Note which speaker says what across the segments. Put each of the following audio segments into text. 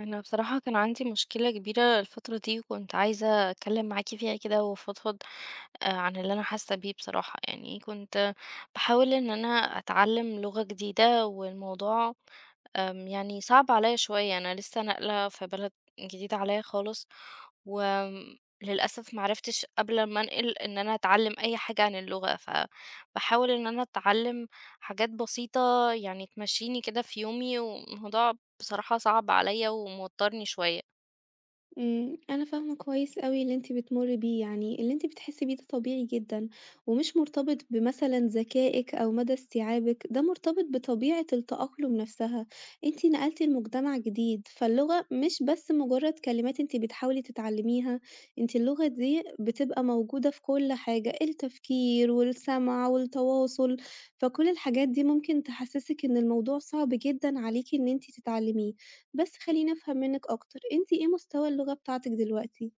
Speaker 1: انا بصراحة كان عندي مشكلة كبيرة الفترة دي، وكنت عايزة اتكلم معاكي فيها كده وافضفض، عن اللي انا حاسة بيه. بصراحة يعني كنت بحاول ان انا اتعلم لغة جديدة، والموضوع يعني صعب عليا شوية. أنا لسه ناقلة في بلد جديدة عليا خالص، وللأسف معرفتش قبل ما أنقل إن أنا أتعلم أي حاجة عن اللغة، فبحاول إن أنا أتعلم حاجات بسيطة يعني تمشيني كده في يومي، والموضوع بصراحة صعب عليا وموترني شوية.
Speaker 2: أنا فاهمة كويس أوي اللي أنتِ بتمُرّي بيه، يعني اللي أنتِ بتحسّي بيه ده طبيعي جدًا، ومش مرتبط بمثلًا ذكائِك أو مدى استيعابِك، ده مرتبط بطبيعة التأقلم نَفْسها، أنتِ نقلتِ لمجتمع جديد، فاللغة مش بس مجرّد كلمات أنتِ بتحاولي تتعلّميها، أنتِ اللغة دي بتبقى موجودة في كل حاجة، التفكير والسمع والتواصل، فكل الحاجات دي ممكن تحسّسِك إن الموضوع صعب جدًا عليكِ إن أنتِ تتعلّميه. بس خلّيني أفهم منِّك أكتر، أنتِ إيه مستوى اللغة بتاعتِك دلوقتي؟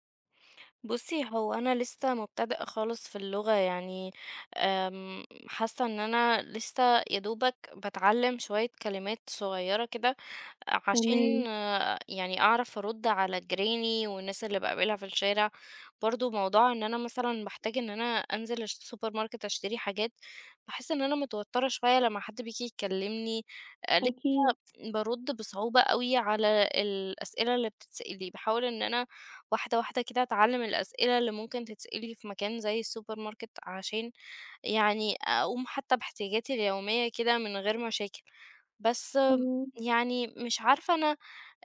Speaker 1: بصي، هو أنا لسه مبتدئة خالص في اللغة، يعني حاسة إن أنا لسه يا دوبك بتعلم شوية كلمات صغيرة كده، عشان
Speaker 2: تمام،
Speaker 1: يعني أعرف أرد على جيراني والناس اللي بقابلها في الشارع. برضو موضوع إن أنا مثلا بحتاج إن أنا أنزل السوبر ماركت أشتري حاجات، بحس إن أنا متوترة شوية لما حد بيجي يكلمني. آه،
Speaker 2: أكيد،
Speaker 1: بارُد بصعوبة أوي على الأسئلة اللي بتتسأل لي، باحاول إن أنا واحدة، واحدة كده أتعلّم الأسئلة اللي ممكن تتسأل لي في مكان زي السوبر ماركت، عشان يعني أقوم حتى باحتياجاتي اليومية كده من غير مشاكل. بس
Speaker 2: إمم،
Speaker 1: يعني مش عارفة أنا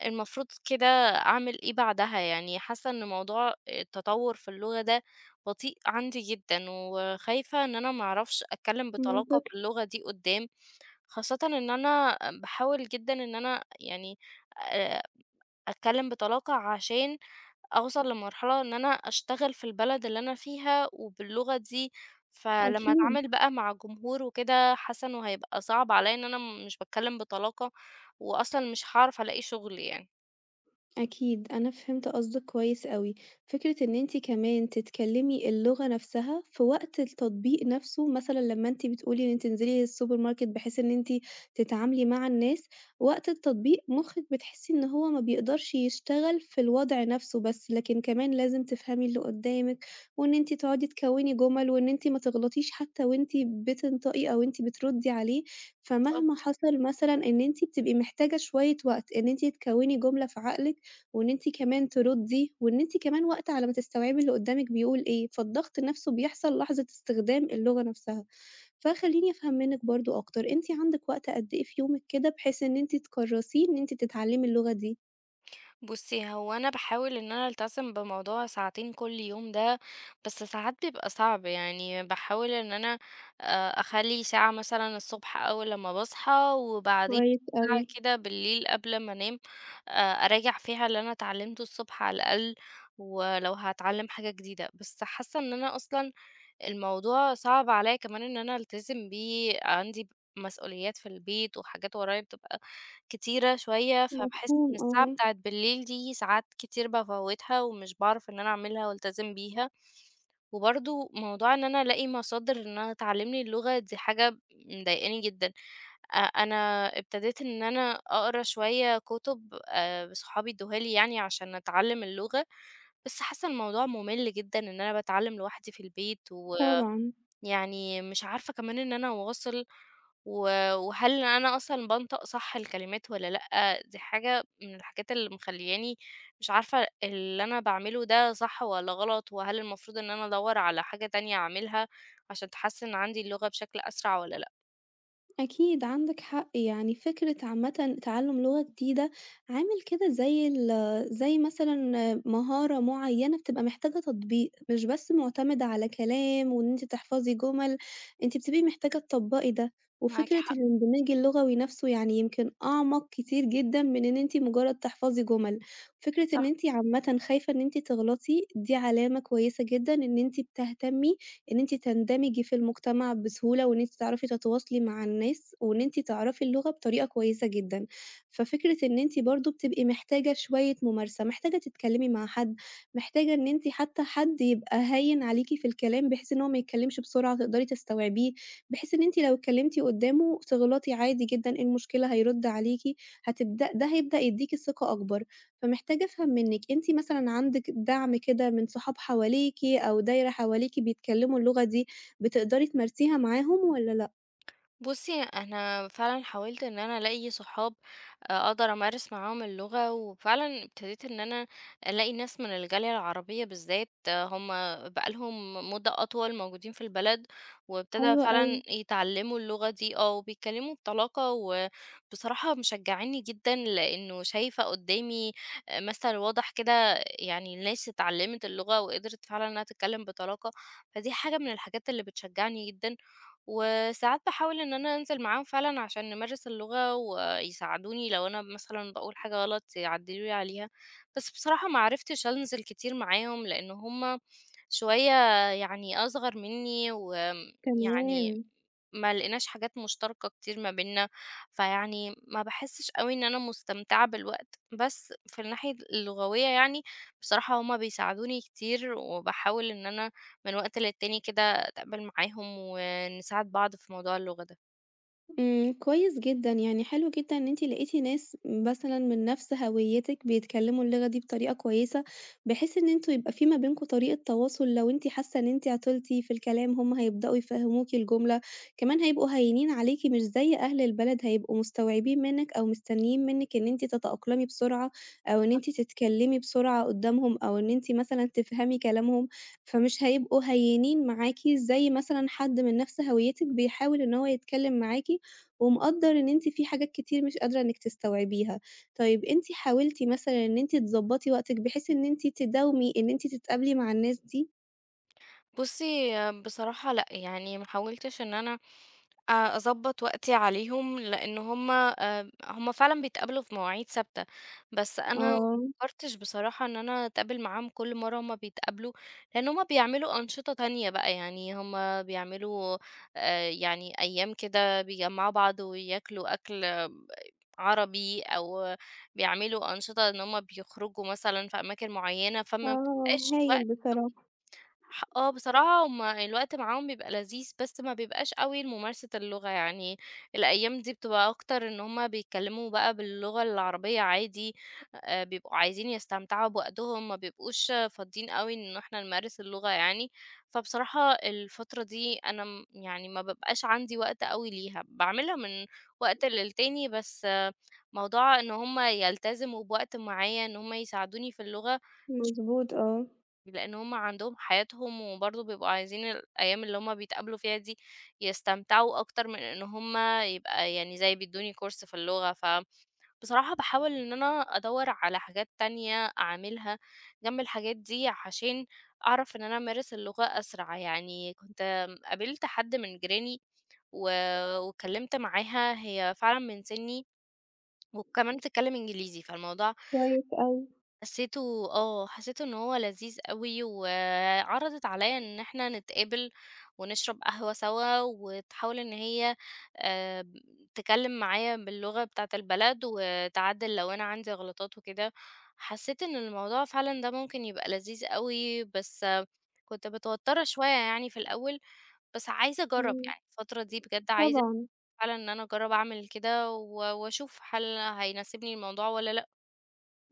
Speaker 1: المفروض كده أعمل إيه بعدها. يعني حاسة إن موضوع التطوّر في اللغة ده بطيء عندي جدًا، وخايفة إن أنا ما أعرفش أتكلّم بطلاقة
Speaker 2: منطقي،
Speaker 1: باللغة دي قُدّام، خاصةً إن أنا باحاول جدًا إن أنا يعني آآ أتكلّم بطلاقة عشان أوصل لمرحلة إن أنا أشتغل في البلد اللي أنا فيها وباللغة دي. فلمّا
Speaker 2: أكيد.
Speaker 1: أتعامل بقى مع جمهور وكده، حاسة إنه هيبقى صعب عليّا إن أنا مش باتكلّم بطلاقة، وأصلًا مش هاعرف ألاقي شغل يعني.
Speaker 2: أكيد، أنا فهمت قصدِك كويس أوي، فكرة إن أنتِ كمان تتكلمي اللغة نفسها في وقت التطبيق نفسه، مثلًا لما أنتِ بتقولي إن أنتِ تنزلي السوبر ماركت بحيث إن أنتِ تتعاملي مع الناس، وقت التطبيق مخِّك بتحسي إن هو ما بيقدرش يشتغل في الوضع نفسه بس، لكن كمان لازم تفهمي اللي قدامِك، وإن أنتِ تقعدي تكوّني جُمل، وإن أنتِ ما تغلطيش حتى وأنتِ بتنطقي أو أنتِ بتردي عليه، فمهما حصل مثلًا إن أنتِ بتبقي محتاجة شوية وقت إن أنتِ تكوّني جملة في عقلِك وإن أنتِ كمان تردّي، وإن أنتِ كمان وقت على ما تستوعبي اللي قدّامِك بيقول إيه، فالضغط نَفْسه بيحصل لحظة استخدام اللغة نَفْسها. فخلّيني أفهم منِّك برضه أكتر، أنتِ عندِك وقت قد إيه في يومِك كده بحيث إن أنتِ تكرّسيه إن أنتِ تتعلّمي اللغة دي؟
Speaker 1: بُصّي، هو أنا باحاول إن أنا ألتزم بموضوع ساعتين كل يوم ده، بس ساعات بيبقى صعب. يعني باحاول إن أنا أخلّي ساعة مثلًا الصبح أول لمّا باصحى، وبعدين
Speaker 2: كويس أوي،
Speaker 1: ساعة كده بالليل قبل ما أنام، أراجع فيها اللي أنا اتعلمته الصبح على الأقل، ولو هاتعلم حاجة جديدة. بس حاسة إن أنا أصلًا الموضوع صعب عليّا كمان إن أنا ألتزم بيه، عندي مسؤوليات في البيت وحاجات ورايا بتبقى كتيرة شوية، فباحس
Speaker 2: مفهوم
Speaker 1: إن الساعة
Speaker 2: آه،
Speaker 1: بتاعة بالليل دي ساعات كتير بافوّتها ومش باعرف إن أنا أعملها وألتزم بيها. وبرضه موضوع إن أنا ألاقي مصادر إنها تعلّمني اللغة دي حاجة مضايقاني جدًا. أنا ابتديت إن أنا أقرا شوية كُتب صحابي ادوها لي يعني عشان أتعلّم اللغة، بس حاسة الموضوع مُمِل جدًا إن أنا باتعلّم لوحدي في البيت، و
Speaker 2: طبعًا.
Speaker 1: يعني مش عارفة كمان إن أنا أواصل. و وهل أنا أصلًا بانطق صح الكلمات والّا لأ؟ دي حاجة من الحاجات اللي مخلّياني مش عارفة اللي أنا باعمله ده صح والّا غلط، وهل المفروض إن أنا أدوّر على حاجة تانية أعملها عشان تحسِّن عندي اللغة بشكل أسرع والّا لأ؟
Speaker 2: أكيد عندك حق، يعني فكرة عامةً تعلم لغة جديدة عامل كده زي مثلًا مهارة معينة بتبقى محتاجة تطبيق، مش بس معتمدة على كلام وإن أنتِ تحفظي جمل، أنتِ بتبقي محتاجة تطبقي ده،
Speaker 1: معاكِ
Speaker 2: وفكرة
Speaker 1: حق.
Speaker 2: الاندماج اللغوي نفسه يعني يمكن أعمق كتير جدًا من إن أنتِ مجرد تحفظي جمل، فكرة إن
Speaker 1: صح.
Speaker 2: أنتِ عامةً خايفة إن أنتِ تغلطي دي علامة كويسة جدًا إن أنتِ بتهتمي إن أنتِ تندمجي في المجتمع بسهولة، وإن أنتِ تعرفي تتواصلي مع الناس، وإن أنتِ تعرفي اللغة بطريقة كويسة جدًا. ففكرة إن أنتِ برضه بتبقي محتاجة شوية ممارسة، محتاجة تتكلمي مع حد، محتاجة إن أنتِ حتى حد يبقى هاين عليكِ في الكلام، بحيث إن هو ما يتكلمش بسرعة تقدري تستوعبيه، بحيث إن أنتِ لو اتكلمتِ قدامه تغلطي عادي جدًا، إيه المشكلة هيرد عليكِ، ده هيبدأ يديكِ ثقة أكبر. فمحتاجة أفهم منِّك، أنتِ مثلًا عندِك دعم كده من صحاب حواليكِ أو دايرة حواليكِ بيتكلموا اللغة دي، بتقدري تمارسيها معاهم والّا لأ؟
Speaker 1: بُصّي، أنا فعلًا حاولت إن أنا ألاقي صحاب أقدر أمارس معاهم اللغة، وفعلًا ابتديت إن أنا ألاقي ناس من الجالية العربية بالذات. هم بقى لهم مدة أطول موجودين في البلد، وابتدى
Speaker 2: حلو أوي،
Speaker 1: فعلًا يتعلموا اللغة دي، وبيتكلموا بطلاقة، وبصراحة مشجعينّي جدًا، لإنه شايفة قدّامي مثل واضح كده. يعني الناس اتعلمت اللغة وقدرت فعلًا إنها تتكلم بطلاقة، فدي حاجة من الحاجات اللي بتشجعني جدًا. وساعات باحاول إن أنا أنزل معاهم فعلًا عشان نمارس اللغة ويساعدوني لو أنا مثلًا باقول حاجة غلط يعدلوا لي عليها، بس بصراحة ما عرفتش أنزل كتير معاهم، لإن هُم شوية يعني أصغر منّي يعني
Speaker 2: تمام.
Speaker 1: ما لقيناش حاجات مشتركة كتير ما بيننا، فيعني ما باحسّش أوي إن أنا مستمتعة بالوقت، بس في الناحية اللغوية يعني بصراحة هُم بيساعدوني كتير، وباحاول إن أنا من وقت للتاني كده أتقابل معاهم ونساعد بعض في موضوع اللغة ده.
Speaker 2: إمم، كويس جدًا، يعني حلو جدًا إن أنتِ لقيتِ ناس مثلًا من نفس هويتِك بيتكلموا اللغة دي بطريقة كويسة، بحيث إن أنتم يبقى في ما بينكم طريقة تواصل لو أنتِ حاسة إن أنتِ عطلتِ في الكلام هُم هيبدأوا يفهموكِ الجملة، كمان هيبقوا هاينين عليكِ مش زي أهل البلد هيبقوا مستوعبين منِك أو مستنيين منِك إن أنتِ تتأقلمي بسرعة، أو إن أنتِ تتكلمي بسرعة قدامهم، أو إن أنتِ مثلًا تفهمي كلامهم، فمش هيبقوا هاينين معاكِ زي مثلًا حد من نفس هويتِك بيحاول إن هو يتكلم معاكِ ومقدّر إن أنتِ في حاجات كتير مش قادرة إنِّك تستوعبيها. طيب أنتِ حاولتِ مثلًا إن أنتِ تضبّطي وقتِك بحيث إن أنتِ تداومي إن أنتِ تتقابلي مع الناس دي؟
Speaker 1: بُصّي، بصراحة لأ، يعني ما حاولتش إن أنا أضبّط وقتي عليهم، لإن هُم هُم فعلًا بيتقابلوا في مواعيد ثابتة، بس أنا ما
Speaker 2: آه،
Speaker 1: فكّرتش بصراحة إن أنا أتقابل معاهم كل مرّة هُم بيتقابلوا، لإن هُم بيعملوا أنشطة تانية بقى. يعني هُم بيعملوا يعني أيام كده بيجمّعوا بعض وياكلوا أكل عربي، أو بيعملوا أنشطة إن هُم بيخرجوا مثلًا في أماكن معيّنة. فما
Speaker 2: آه،
Speaker 1: بتبقاش
Speaker 2: هايل بصراحة،
Speaker 1: ح آه بصراحة هُم الوقت معاهم بيبقى لذيذ، بس ما بيبقاش أوي لممارسة اللغة. يعني الأيام دي بتبقى أكتر إن هُم بيتكلموا بقى باللغة العربية عادي، بيبقوا عايزين يستمتعوا بوقتهم، ما بيبقوش فاضيين أوي إن إحنا نمارس اللغة يعني. فبصراحة الفترة دي أنا يعني ما بابقاش عندي وقت أوي ليها، باعملها من وقت للتاني. بس موضوع إن هُم يلتزموا بوقت معين إن هُم يساعدوني في اللغة
Speaker 2: مضبوط آه،
Speaker 1: لأن هُم عندهم حياتهم، وبرضه بيبقوا عايزين الأيام اللي هُم بيتقابلوا فيها دي يستمتعوا أكتر من إن هُم يبقى يعني زي بيدوني كورس في اللغة. فبصراحة باحاول إن أنا أدوّر على حاجات تانية أعملها جنب الحاجات دي، عشان أعرف إن أنا أمارس اللغة أسرع. يعني كنت قابلت حد من جيراني و واتكلمت معاها، هي فعلًا من سني، وكمان بتتكلم إنجليزي، فالموضوع
Speaker 2: كويس أوي،
Speaker 1: حسيته حسيته إن هو لذيذ أوي، وعرضت عليَّ إن إحنا نتقابل ونشرب قهوة سوا، وتحاول إن هي آآ، تتكلم معايا باللغة بتاعة البلد، وتعدّل لو أنا عندي غلطات وكده. حسيت إن الموضوع فعلًا ده ممكن يبقى لذيذ أوي، بس كنت متوترة شوية يعني في الأول، بس عايزة أجرّب.
Speaker 2: إمم،
Speaker 1: يعني الفترة دي بجد عايزة
Speaker 2: طبعًا.
Speaker 1: فعلًا إن أنا أجرّب أعمل كده، وأشوف هل هيناسبني الموضوع والّا لأ.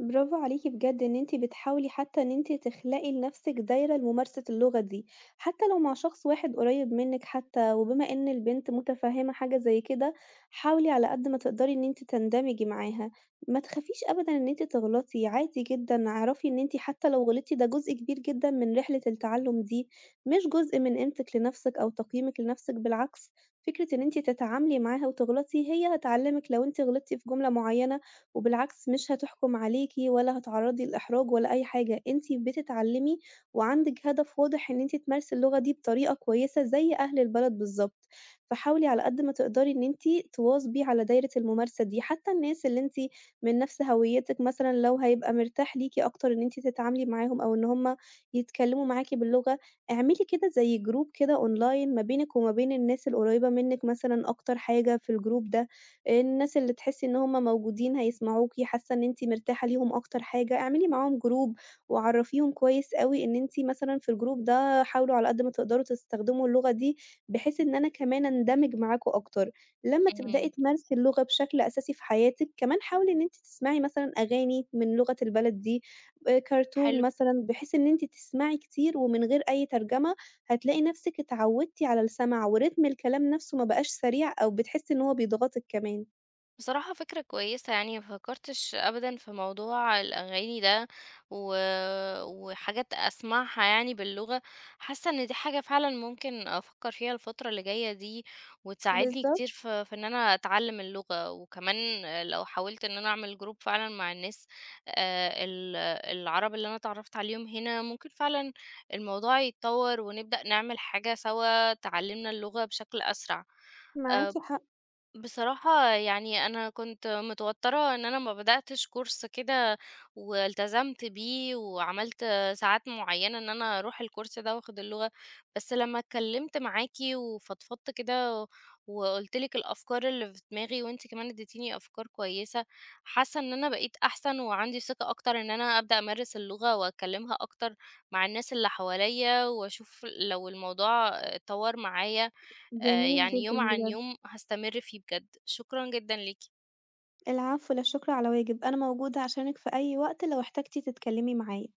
Speaker 2: برافو عليكِ بجد إن أنتِ بتحاولي حتى إن أنتِ تخلقي لنفسِك دايرة لممارسة اللغة دي، حتى لو مع شخص واحد قريب منِّك حتى، وبما إن البنت متفهمة حاجة زي كده، حاولي على قد ما تقدري إن أنتِ تندمجي معاها، ما تخافيش أبدًا إن أنتِ تغلطي، عادي جدًا، اعرفي إن أنتِ حتى لو غلطتِ ده جزء كبير جدًا من رحلة التعلم دي، مش جزء من قيمتِك لنفسِك أو تقييمِك لنفسِك، بالعكس فكرة إن أنتِ تتعاملي معاها وتغلطي هي هتعلمِك لو أنتِ غلطتِ في جملة معينة وبالعكس مش هتحكُم عليكِ ولا هتعرّضي لإحراج ولا أي حاجة، أنتِ بتتعلّمي وعندِك هدف واضح إن أنتِ تمارسي اللغة دي بطريقة كويسة زي أهل البلد بالضبط، فحاولي على قد ما تقدري إن أنتِ تواظبي على دايرة الممارسة دي، حتى الناس اللي أنتِ من نَفْس هويّتِك مثلًا لو هيبقى مرتاح ليكِ أكتر إن أنتِ تتعاملي معاهم أو إن هم يتكلّموا معاكِ باللغة، اعملي كده زي group كده online ما بينِك وما بين الناس القريّبة منِّك مثلًا أكتر حاجة في الgroup ده. الناس اللي تحسّي إن هُم موجودين هيسمعوكِ، حاسّة إن أنتِ مرتاحة ليهم أكتر حاجة، اعملي معاهم جروب وعرّفيهم كويس أوي إن أنتِ مثلًا في الجروب ده حاولوا على قد ما تقدروا تستخدموا اللغة دي، بحيث إن أنا كمان أندمج معاكم أكتر. لمّا تبدئي
Speaker 1: إمم،
Speaker 2: تمارسي اللغة بشكل أساسي في حياتِك، كمان حاولي إن أنتِ تسمعي مثلًا أغاني من لغة البلد دي، كرتون
Speaker 1: حلو.
Speaker 2: مثلًا، بحيث إن أنتِ تسمعي كتير ومن غير أي ترجمة، هتلاقي نَفْسِك اتعوّدتِ على السمع ورتم الكلام نَفْسه ما بقاش سريع أو بتحسّي إن هو بيضغطِك كمان.
Speaker 1: بصراحة فكرة كويسة، يعني ما فكرتش أبدا في موضوع الأغاني ده و... وحاجات أسمعها يعني باللغة. حاسة إن دي حاجة فعلا ممكن أفكر فيها الفترة اللي جاية دي، وتساعدني
Speaker 2: بالضبط،
Speaker 1: كتير في, إن أنا أتعلم اللغة. وكمان لو حاولت إن أنا أعمل جروب فعلا مع الناس، آه، ال- العرب اللي أنا اتعرفت عليهم هنا، ممكن فعلا الموضوع يتطور ونبدأ نعمل حاجة سوا تعلمنا اللغة بشكل أسرع. آه،
Speaker 2: معاكِ حق،
Speaker 1: بصراحة يعني أنا كنت متوترة إن أنا ما بدأتش كورس كده والتزمت بيه وعملت ساعات معينة إن أنا أروح الكورس ده وأخد اللغة، بس لما اتكلمت معاكي وفضفضت كده وقلتلك الأفكار اللي في دماغي وانتي كمان اديتيني أفكار كويسة، حاسة إن أنا بقيت أحسن وعندي ثقة أكتر إن أنا أبدأ أمارس اللغة وأتكلمها أكتر مع الناس اللي حواليا وأشوف لو الموضوع اتطور معايا.
Speaker 2: جميل
Speaker 1: يعني
Speaker 2: جدًا
Speaker 1: يوم عن
Speaker 2: بجد.
Speaker 1: يوم هاستمر فيه بجد، شكرًا جدًا ليكِ.
Speaker 2: العفو، لا شكر على واجب، أنا موجودة عشانِك في أي وقت لو احتجتِ تتكلمي معايا.